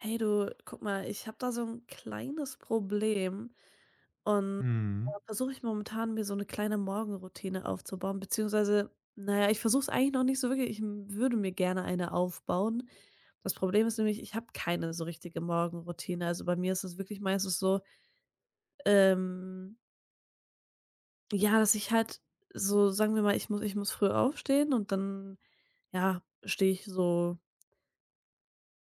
Hey du, guck mal, ich habe da so ein kleines Problem und Mhm. versuche ich momentan, mir so eine kleine Morgenroutine aufzubauen, beziehungsweise, naja, ich versuche es eigentlich noch nicht so wirklich. Ich m würde mir gerne eine aufbauen. Das Problem ist nämlich, ich habe keine so richtige Morgenroutine. Also, bei mir ist es wirklich meistens so, ähm, ja, dass ich halt so sagen wir mal, ich muss früh aufstehen und dann, ja, stehe ich so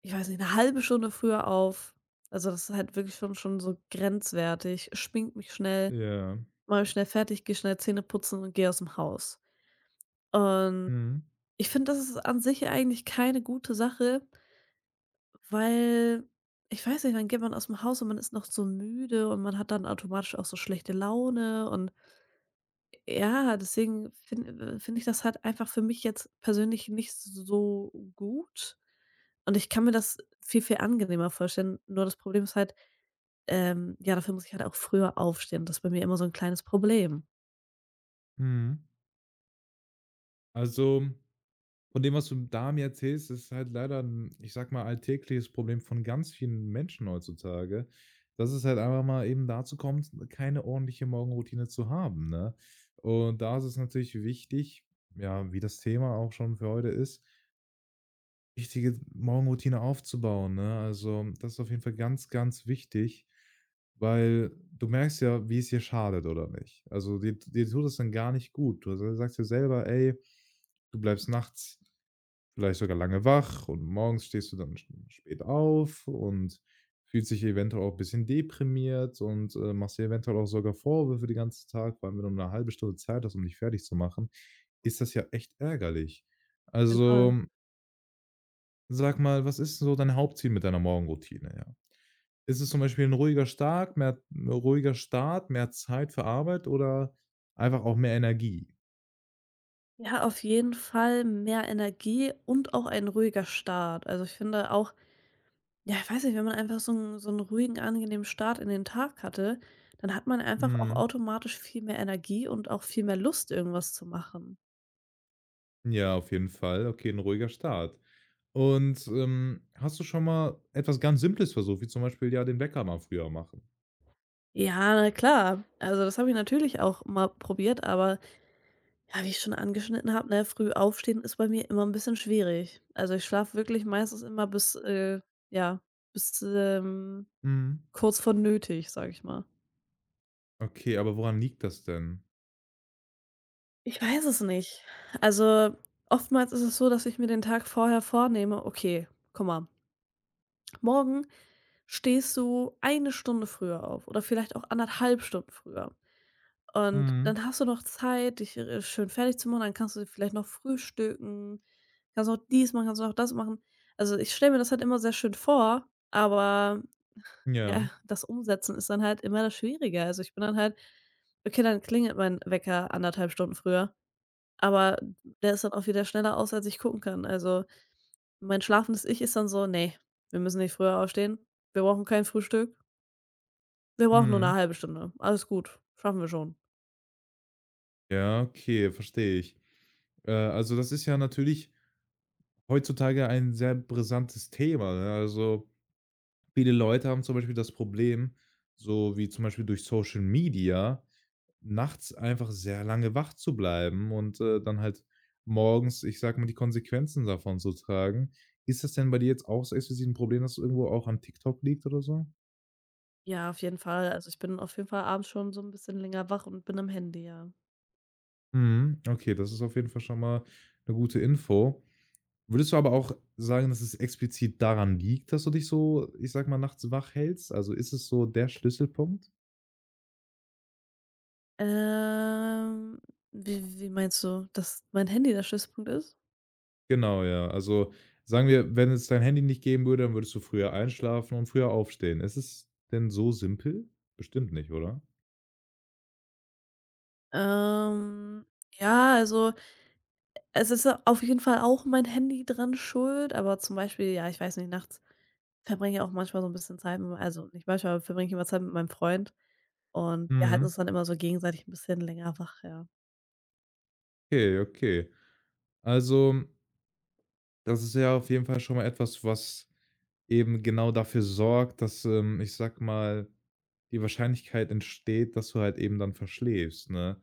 ich weiß nicht, eine halbe Stunde früher auf. Also, das ist halt wirklich schon so grenzwertig. Schminke mich schnell, Ja. mache mich schnell fertig, gehe schnell Zähne putzen und gehe dem Haus. Und Mhm. ich finde, das ist an sich ja eigentlich keine gute Sache, weil ich weiß nicht, dann geht man aus dem Haus und man ist noch so müde und man hat dann automatisch auch so schlechte Laune und ja, deswegen finde ich das halt einfach für mich jetzt persönlich nicht so gut. Und ich kann mir das viel, viel angenehmer vorstellen. Nur das Problem ist halt ja, dafür muss ich halt auch früher aufstehen. Das ist bei mir immer so 'n kleines Problem. Mhm. Also, von dem, was du da mir erzählst, ist halt leider 'n, ich sag mal, alltägliches Problem von ganz vielen Menschen heutzutage, dass es halt einfach mal eben dazu kommt, keine ordentliche Morgenroutine zu haben, ne? Und da ist es natürlich wichtig, ja, wie das Thema auch schon für heute ist, richtige Morgenroutine aufzubauen, ne? Also, das ist auf jeden Fall ganz, ganz wichtig, weil du merkst ja, wie es dir schadet oder nicht. Also, dir tut es dann gar nicht gut. Du sagst dir selber: „Ey, du bleibst nachts vielleicht sogar lange wach und morgens stehst du dann sch spät auf und fühlst dich eventuell auch ein bisschen deprimiert und, machst dir eventuell auch sogar Vorwürfe den ganzen Tag, vor allem wenn du nur eine halbe Stunde Zeit hast, um dich fertig zu machen, ist das ja echt ärgerlich.“ Jeden Also. Fall. Sag mal, was ist so dein Hauptziel mit deiner Morgenroutine, ja? Ist es zum Beispiel ein ruhiger Start, mehr Zeit für Arbeit oder einfach auch mehr Energie? Ja, auf jeden Fall mehr Energie und auch ein ruhiger Start. Also, ich finde auch ja, ich weiß nicht, wenn man einfach so 'n ruhigen, angenehmen Start in den Tag hatte, dann hat man einfach auch Mhm. automatisch viel mehr Energie und auch viel mehr Lust, irgendwas zu machen. Ja, auf jeden Fall. Okay, ein ruhiger Start. Und, hast du schon mal etwas ganz Simples versucht, wie zum Beispiel, ja, den Wecker mal früher machen? Ja, na klar. Also, das habe ich natürlich auch mal probiert, aber ja, wie ich schon angeschnitten habe, ne, früh aufstehen ist bei mir immer ein bisschen schwierig. Also, ich schlafe wirklich meistens immer bis, ja, bis, Mhm. kurz vor nötig, sage ich mal. Okay, aber woran liegt das denn? Ich weiß es nicht. Also, oftmals ist es so, dass ich mir den Tag vorher vornehme: „Okay, guck mal, morgen stehst du eine Stunde früher auf oder vielleicht auch anderthalb Stunden früher.“ Und Mhm. dann hast du noch Zeit, dich schön fertig zu machen, dann kannst du vielleicht noch frühstücken, kannst auch dies machen, kannst auch das machen. Also, ich stelle mir das halt immer sehr schön vor, aber Ja. ja, das Umsetzen ist dann halt immer das Schwierige. Also, ich bin dann halt okay, dann klingelt mein Wecker anderthalb Stunden früher, aber der ist dann auch wieder schneller aus, als ich gucken kann. Also, mein schlafendes Ich ist dann so: nee, wir müssen nicht früher aufstehen. Wir brauchen kein Frühstück. Wir brauchen nur eine Mhm. halbe Stunde. Alles gut, schaffen wir schon.“ Ja, okay, verstehe ich. Also, das ist ja natürlich heutzutage ein sehr brisantes Thema, ne? Also. Viele Leute haben zum Beispiel das Problem, so wie zum Beispiel durch Social Media, nachts einfach sehr lange wach zu bleiben und, dann halt morgens, ich sage mal, die Konsequenzen davon zu tragen. Ist das denn bei dir jetzt auch so explizit ein Problem, dass es irgendwo auch an TikTok liegt oder so? Ja, auf jeden Fall. Also, ich bin auf jeden Fall abends schon so ein bisschen länger wach und bin am Handy, ja. Mhm, okay, das ist auf jeden Fall schon mal eine gute Info. Würdest du aber auch sagen, dass es explizit daran liegt, dass du dich so, ich sage mal, nachts wach hältst? Also, ist es so der Schlüsselpunkt? Ähm, wie meinst du, dass mein Handy der Schlüsselpunkt ist? Genau, ja. Also, sagen wir, wenn es dein Handy nicht geben würde, dann würdest du früher einschlafen und früher aufstehen. Ist es denn so simpel? Bestimmt nicht, oder? Ähm, ja, also, es ist auf jeden Fall auch mein Handy dran schuld, aber zum Beispiel, ja, ich weiß nicht, nachts verbringe ich auch manchmal so ein bisschen Zeit mit also, nicht manchmal, aber verbringe ich immer Zeit mit meinem Freund und wir halten Mhm. uns dann immer so gegenseitig ein bisschen länger wach, ja. Okay, okay. Also, das ist ja auf jeden Fall schon mal etwas, was eben genau dafür sorgt, dass, ich sage mal, die Wahrscheinlichkeit entsteht, dass du halt eben dann verschläfst, ne?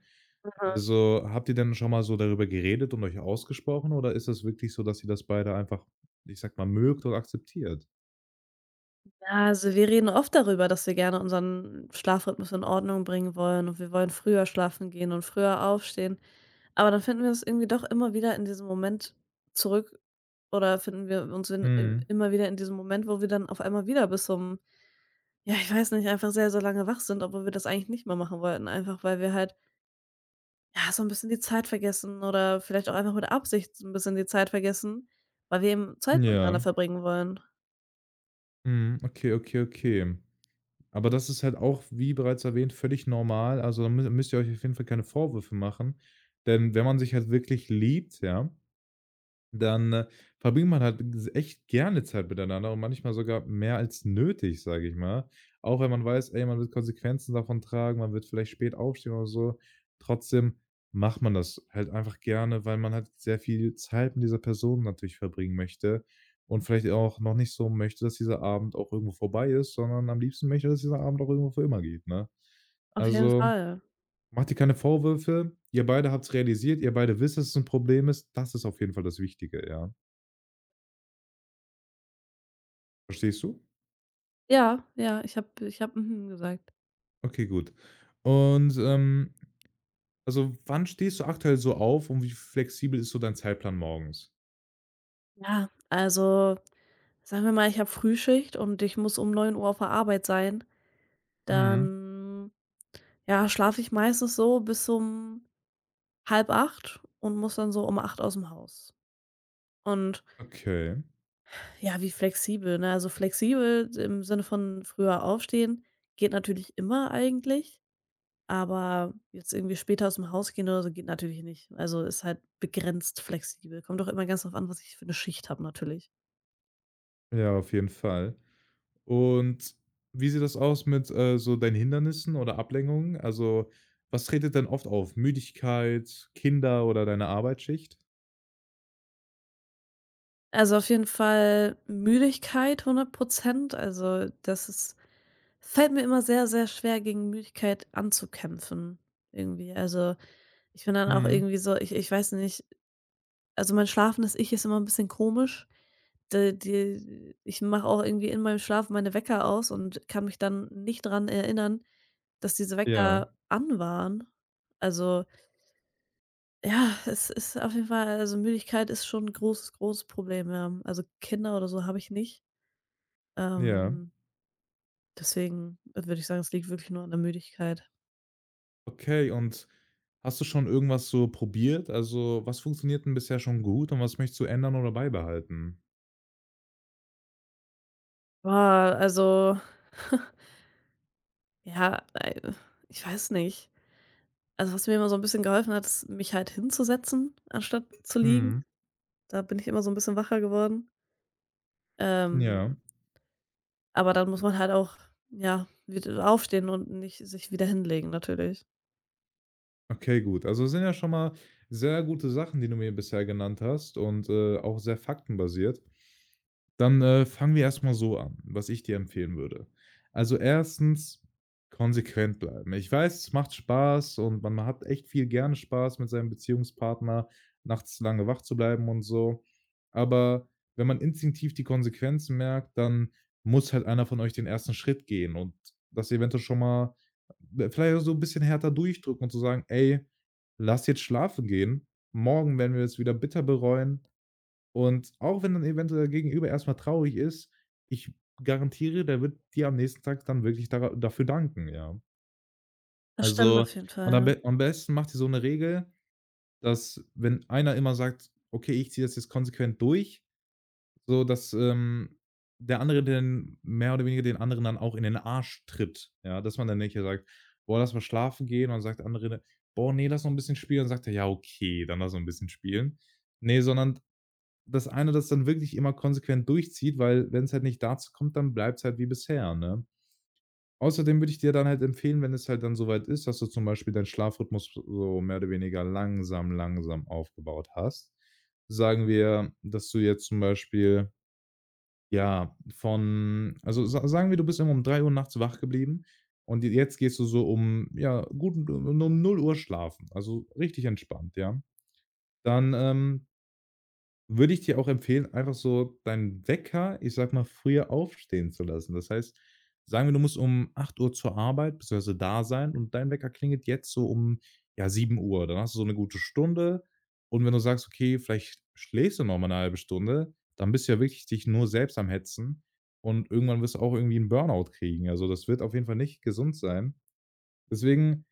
Also, habt ihr denn schon mal so darüber geredet und euch ausgesprochen oder ist das wirklich so, dass ihr das beide einfach, ich sage mal, mögt und akzeptiert? Ja, also wir reden oft darüber, dass wir gerne unseren Schlafrhythmus in Ordnung bringen wollen und wir wollen früher schlafen gehen und früher aufstehen. Aber dann finden wir uns irgendwie doch immer wieder in diesem Moment zurück oder finden wir uns Mhm. immer wieder in diesem Moment, wo wir dann auf einmal wieder bis um, ja, ich weiß nicht, einfach sehr, sehr lange wach sind, obwohl wir das eigentlich nicht mehr machen wollten. Einfach weil wir halt, ja, so ein bisschen die Zeit vergessen oder vielleicht auch einfach mit Absicht so ein bisschen die Zeit vergessen, weil wir eben Zeit Ja. miteinander verbringen wollen. Mhm. Okay, okay, okay. Aber das ist halt auch, wie bereits erwähnt, völlig normal. Also, da mü müsst ihr euch auf jeden Fall keine Vorwürfe machen, denn wenn man sich halt wirklich liebt, ja, dann, verbringt man halt echt gerne Zeit miteinander und manchmal sogar mehr als nötig, sage ich mal. Auch wenn man weiß, ey, man wird Konsequenzen davon tragen, man wird vielleicht spät aufstehen oder so. Trotzdem macht man das halt einfach gerne, weil man halt sehr viel Zeit mit dieser Person natürlich verbringen möchte und vielleicht auch noch nicht so möchte, dass dieser Abend auch irgendwo vorbei ist, sondern am liebsten möchte, dass dieser Abend auch irgendwo für immer geht, ne? Auf jeden Also, Fall. macht ihr keine Vorwürfe. Ihr beide habt es realisiert, ihr beide wisst, dass es ein Problem ist. Das ist auf jeden Fall das Wichtige, ja. Verstehst du? Ja, ja, ich hab „mhm“ gesagt. Okay, gut. Und, also, wann stehst du aktuell so auf und wie flexibel ist so dein Zeitplan morgens? Ja, also, sagen wir mal, ich habe Frühschicht und ich muss um neun Uhr auf der Arbeit sein. Mhm. Dann, ja, schlafe ich meistens so bis um halb 8 und muss dann so um acht aus dem Haus. Und Okay, ja, wie flexibel, ne? Also, flexibel im Sinne von früher aufstehen geht natürlich immer eigentlich, aber jetzt irgendwie später aus dem Haus gehen oder so geht natürlich nicht. Also, ist halt begrenzt flexibel. Kommt doch immer ganz drauf an, was ich für eine Schicht habe natürlich. ja, auf jeden Fall. Und wie sieht das aus mit, so deinen Hindernissen oder Ablenkungen? Also, was tretet denn oft auf? Müdigkeit, Kinder oder deine Arbeitsschicht? Also, auf jeden Fall Müdigkeit 100. Also, das ist fällt mir immer sehr, sehr schwer, gegen Müdigkeit anzukämpfen irgendwie. Also, ich bin dann auch Mhm. irgendwie so ich weiß nicht also, mein schlafendes Ich ist immer ein bisschen komisch. D die Ich mache auch irgendwie in meinem Schlaf meine Wecker aus und kann mich dann nicht dran erinnern, dass diese Ja, Wecker an waren. Also, ja, es ist auf jeden Fall also, Müdigkeit ist schon 'n großes, großes Problem, ja. Also, Kinder oder so habe ich nicht. ja. Ähm, deswegen würde ich sagen, es liegt wirklich nur an der Müdigkeit. Okay, und hast du schon irgendwas so probiert? Also, was funktioniert denn bisher schon gut und was möchtest du ändern oder beibehalten? Boah, also, ja, ei ich weiß nicht. Also, was mir immer so ein bisschen geholfen hat, ist, mich halt hinzusetzen, anstatt zu liegen. Mhm. Da bin ich immer so ein bisschen wacher geworden. Ja. Ähm, aber dann muss man halt auch, ja, wieder aufstehen und nicht sich wieder hinlegen natürlich. Okay, gut. Also, es sind ja schon mal sehr gute Sachen, die du mir bisher genannt hast und, auch sehr faktenbasiert. Dann, fangen wir erst mal so an, was ich dir empfehlen würde. Also, erstens konsequent bleiben. Ich weiß, es macht Spaß und man hat echt viel gerne Spaß mit seinem Beziehungspartner, nachts lange wach zu bleiben und so. Aber wenn man instinktiv die Konsequenzen merkt, dann muss halt einer von euch den ersten Schritt gehen und das eventuell schon mal vielleicht auch so 'n bisschen härter durchdrücken und zu sagen: „Ey, lass jetzt schlafen gehen. Morgen werden wir es wieder bitter bereuen.“ Und auch wenn dann eventuell der Gegenüber erst mal traurig ist, ich garantiere, der wird dir am nächsten Tag dann wirklich dara dafür danken, ja. Das stimmt auf Also, jeden und am Fall, be am besten macht ihr so 'ne Regel, dass wenn einer immer sagt: „Okay, ich ziehe das jetzt konsequent durch“, so, dass, der andere den mehr oder weniger den anderen dann auch in den Arsch tritt, ja? Dass man dann nicht sagt: „Boah, lass mal schlafen gehen.“ Und dann sagt der andere: „Boah, nee, lass noch ein bisschen spielen.“ Und dann sagt er: „Ja, okay, dann lass noch ein bisschen spielen.“ Nee, sondern das eine, das dann wirklich immer konsequent durchzieht, weil wenn es halt nicht dazu kommt, dann bleibt es halt wie bisher, ne? Außerdem würde ich dir dann halt empfehlen, wenn es halt dann soweit ist, dass du zum Beispiel deinen Schlafrhythmus so mehr oder weniger langsam, langsam aufgebaut hast. Sagen wir, dass du jetzt zum Beispiel, ja, von also sa sagen wir, du bist immer um 3 Uhr nachts wach geblieben und j jetzt gehst du so um, ja, gut um 0 Uhr schlafen, also richtig entspannt, ja? Dann, würde ich dir auch empfehlen, einfach so deinen Wecker, ich sag mal, früher aufstehen zu lassen. Das heißt, sagen wir, du musst um 8 Uhr zur Arbeit beziehungsweise da sein und dein Wecker klingelt jetzt so um, ja, 7 Uhr. Dann hast du so eine gute Stunde und wenn du sagst: „Okay, vielleicht schläfst du noch mal eine halbe Stunde“, dann bist du ja wirklich dich nur selbst am Hetzen und irgendwann wirst du auch irgendwie 'n Burnout kriegen. Also, das wird auf jeden Fall nicht gesund sein. Deswegen: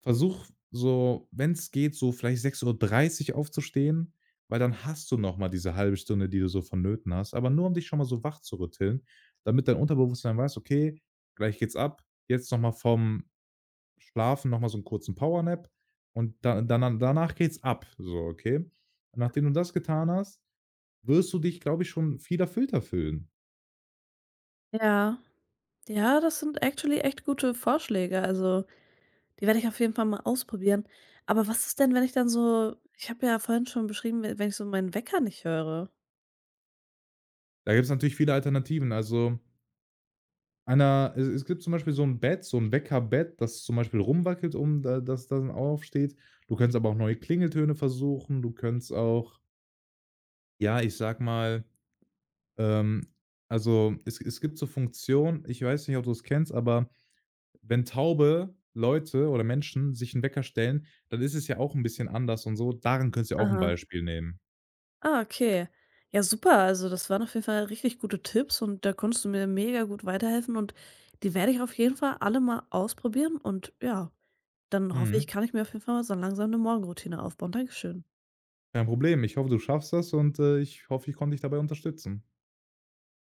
Versuch so, wenn es geht, so vielleicht 6:30 Uhr aufzustehen, weil dann hast du noch mal diese halbe Stunde, die du so vonnöten hast, aber nur um dich schon mal so wach zu rütteln, damit dein Unterbewusstsein weiß: „Okay, gleich geht's ab. Jetzt noch mal vom Schlafen noch mal so 'n kurzen Power Nap und da dana danach geht's ab“, so, okay? Nachdem du das getan hast, wirst du dich, glaube ich, schon viel erfüllter fühlen. ja. Ja, ja, das sind actually echt gute Vorschläge, also die werde ich auf jeden Fall mal ausprobieren. Aber was ist denn, wenn ich dann so ich habe ja vorhin schon beschrieben, we wenn ich so meinen Wecker nicht höre? Da gibt's natürlich viele Alternativen. Also. Einer Es gibt zum Beispiel so ein Bett, so ein Weckerbett, das zum Beispiel rumwackelt, um da dass das dann aufsteht. Du kannst aber auch neue Klingeltöne versuchen. Du kannst auch, ja, ich sag mal, ähm also, es gibt so Funktionen, ich weiß nicht, ob du es kennst, aber wenn taube Leute oder Menschen sich einen Wecker stellen, dann ist es ja auch ein bisschen anders und so. Daran könntest du ja auch ein Aha. Beispiel nehmen. Ah, okay. Ja, super. Also, das waren auf jeden Fall richtig gute Tipps und da konntest du mir mega gut weiterhelfen und die werde ich auf jeden Fall alle mal ausprobieren und ja, dann hoffe ich, Mhm. kann ich mir auf jeden Fall mal so langsam eine Morgenroutine aufbauen. Dankeschön. Kein Problem. Ich hoffe, du schaffst das und, ich hoffe, ich konnte dich dabei unterstützen.